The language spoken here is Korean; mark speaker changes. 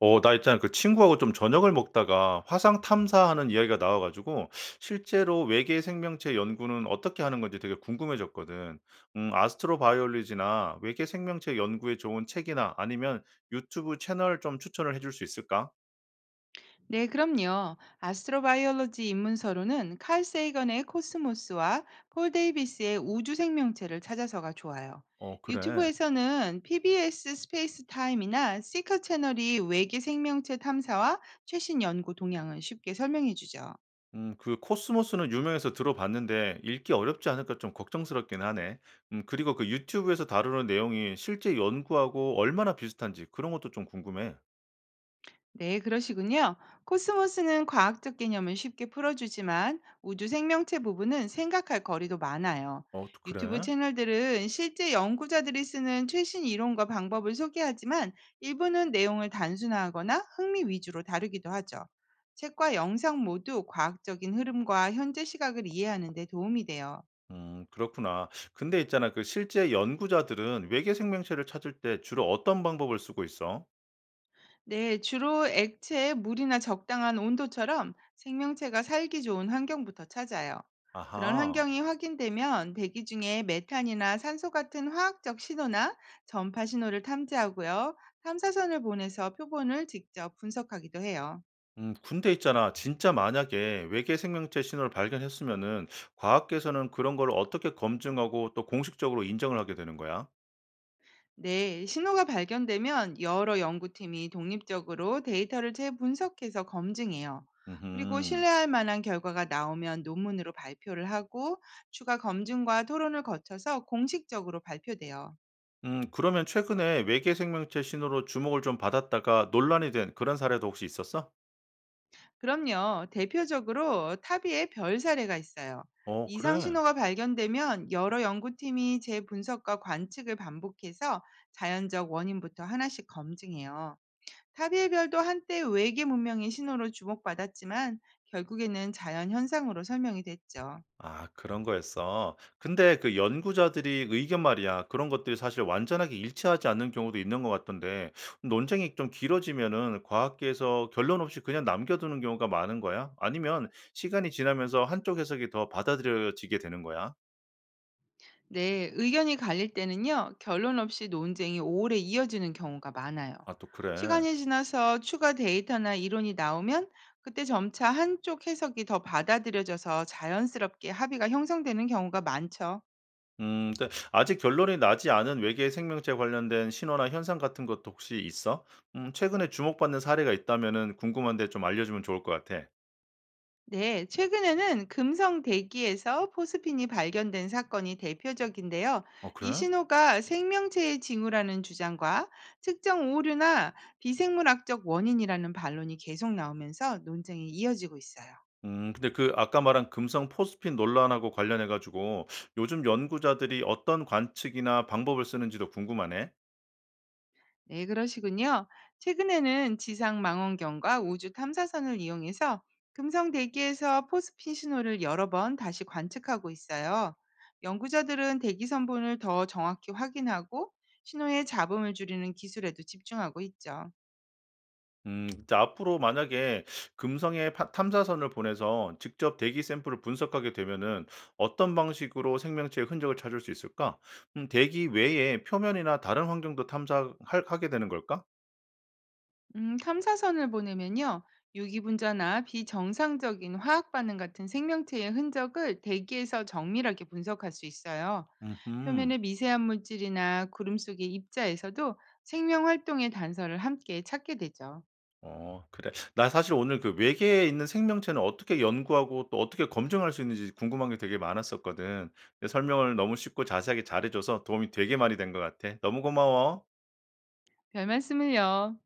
Speaker 1: 나 있잖아 그 친구하고 좀 저녁을 먹다가 화상 탐사하는 이야기가 나와 가지고 실제로 외계 생명체 연구는 어떻게 하는 건지 되게 궁금해졌거든. 아스트로바이올리지나 외계 생명체 연구에 좋은 책이나 아니면 유튜브 채널 좀 추천을 해줄 수 있을까?
Speaker 2: 네, 그럼요. 아스트로바이올로지 입문서로는 칼 세이건의 코스모스와 폴 데이비스의 우주 생명체를 찾아서가 좋아요.
Speaker 1: 어 그래.
Speaker 2: 유튜브에서는 PBS 스페이스 타임이나 시커 채널이 외계 생명체 탐사와 최신 연구 동향을 쉽게 설명해 주죠.
Speaker 1: 그 코스모스는 유명해서 들어봤는데 읽기 어렵지 않을까 좀 걱정스럽긴 하네. 그리고 그 유튜브에서 다루는 내용이 실제 연구하고 얼마나 비슷한지 그런 것도 좀 궁금해.
Speaker 2: 네, 그러시군요. 코스모스는 과학적 개념을 쉽게 풀어주지만 우주 생명체 부분은 생각할 거리도 많아요.
Speaker 1: 어
Speaker 2: 유튜브
Speaker 1: 그래?
Speaker 2: 채널들은 실제 연구자들이 쓰는 최신 이론과 방법을 소개하지만 일부는 내용을 단순화하거나 흥미 위주로 다루기도 하죠. 책과 영상 모두 과학적인 흐름과 현재 시각을 이해하는 데 도움이 돼요.
Speaker 1: 그렇구나. 근데 있잖아 그 실제 연구자들은 외계 생명체를 찾을 때 주로 어떤 방법을 쓰고 있어?
Speaker 2: 네, 주로 액체, 물이나 적당한 온도처럼 생명체가 살기 좋은 환경부터 찾아요. 그런
Speaker 1: 아하.
Speaker 2: 환경이 확인되면 대기 중에 메탄이나 산소 같은 화학적 신호나 전파 신호를 탐지하고요. 탐사선을 보내서 표본을 직접 분석하기도 해요.
Speaker 1: 근데 있잖아 진짜 만약에 외계 생명체 신호를 발견했으면은 과학계에서는 그런 걸 어떻게 검증하고 또 공식적으로 인정을 하게 되는 거야?
Speaker 2: 네, 신호가 발견되면 여러 연구팀이 독립적으로 데이터를 재분석해서 검증해요. 그리고
Speaker 1: 음
Speaker 2: 신뢰할 만한 결과가 나오면 논문으로 발표를 하고 추가 검증과 토론을 거쳐서 공식적으로 발표돼요.
Speaker 1: 그러면 최근에 외계 생명체 신호로 주목을 좀 받았다가 논란이 된 그런 사례도 혹시 있었어?
Speaker 2: 그럼요, 대표적으로 탑의의 별 사례가 있어요.
Speaker 1: 어
Speaker 2: 이상
Speaker 1: 그래.
Speaker 2: 신호가 발견되면 여러 연구팀이 재분석과 관측을 반복해서 자연적 원인부터 하나씩 검증해요. 타비의별도 한때 외계 문명의 신호로 주목받았지만 결국에는 자연 현상으로 설명이 됐죠.
Speaker 1: 아 그런 거였어. 근데 그 연구자들이 의견 말이야. 그런 것들이 사실 완전하게 일치하지 않는 경우도 있는 것 같던데 논쟁이 좀 길어지면은 과학계에서 결론 없이 그냥 남겨두는 경우가 많은 거야? 아니면 시간이 지나면서 한쪽 해석이 더 받아들여지게 되는 거야?
Speaker 2: 네, 의견이 갈릴 때는요, 결론 없이 논쟁이 오래 이어지는 경우가 많아요.
Speaker 1: 아 또 그래.
Speaker 2: 시간이 지나서 추가 데이터나 이론이 나오면 그때 점차 한쪽 해석이 더 받아들여져서 자연스럽게 합의가 형성되는 경우가 많죠.
Speaker 1: 근데 아직 결론이 나지 않은 외계 생명체 관련된 신호나 현상 같은 것도 혹시 있어? 최근에 주목받는 사례가 있다면은 궁금한데 좀 알려주면 좋을 것 같아.
Speaker 2: 네, 최근에는 금성 대기에서 포스핀이 발견된 사건이 대표적인데요.
Speaker 1: 어,
Speaker 2: 이
Speaker 1: 그래?
Speaker 2: 신호가 생명체의 징후라는 주장과 특정 오류나 비생물학적 원인이라는 반론이 계속 나오면서 논쟁이 이어지고 있어요.
Speaker 1: 근데 그 아까 말한 금성 포스핀 논란하고 관련해 가지고 요즘 연구자들이 어떤 관측이나 방법을 쓰는지도 궁금하네.
Speaker 2: 네, 그러시군요. 최근에는 지상 망원경과 우주 탐사선을 이용해서 금성 대기에서 포스핀 신호를 여러 번 다시 관측하고 있어요. 연구자들은 대기 선분을 더 정확히 확인하고 신호의 잡음을 줄이는 기술에도 집중하고 있죠.
Speaker 1: 자 앞으로 만약에 금성에 파 탐사선을 보내서 직접 대기 샘플을 분석하게 되면은 어떤 방식으로 생명체의 흔적을 찾을 수 있을까? 대기 외에 표면이나 다른 환경도 탐사 하게 되는 걸까?
Speaker 2: 탐사선을 보내면요. 유기분자나 비정상적인 화학 반응 같은 생명체의 흔적을 대기에서 정밀하게 분석할 수 있어요.
Speaker 1: 음,
Speaker 2: 표면의 미세한 물질이나 구름 속의 입자에서도 생명 활동의 단서를 함께 찾게 되죠.
Speaker 1: 어 그래. 나 사실 오늘 그 외계에 있는 생명체는 어떻게 연구하고 또 어떻게 검증할 수 있는지 궁금한 게 되게 많았었거든. 근데 설명을 너무 쉽고 자세하게 잘해 줘서 도움이 되게 많이 된 것 같아. 너무 고마워.
Speaker 2: 별 말씀을요.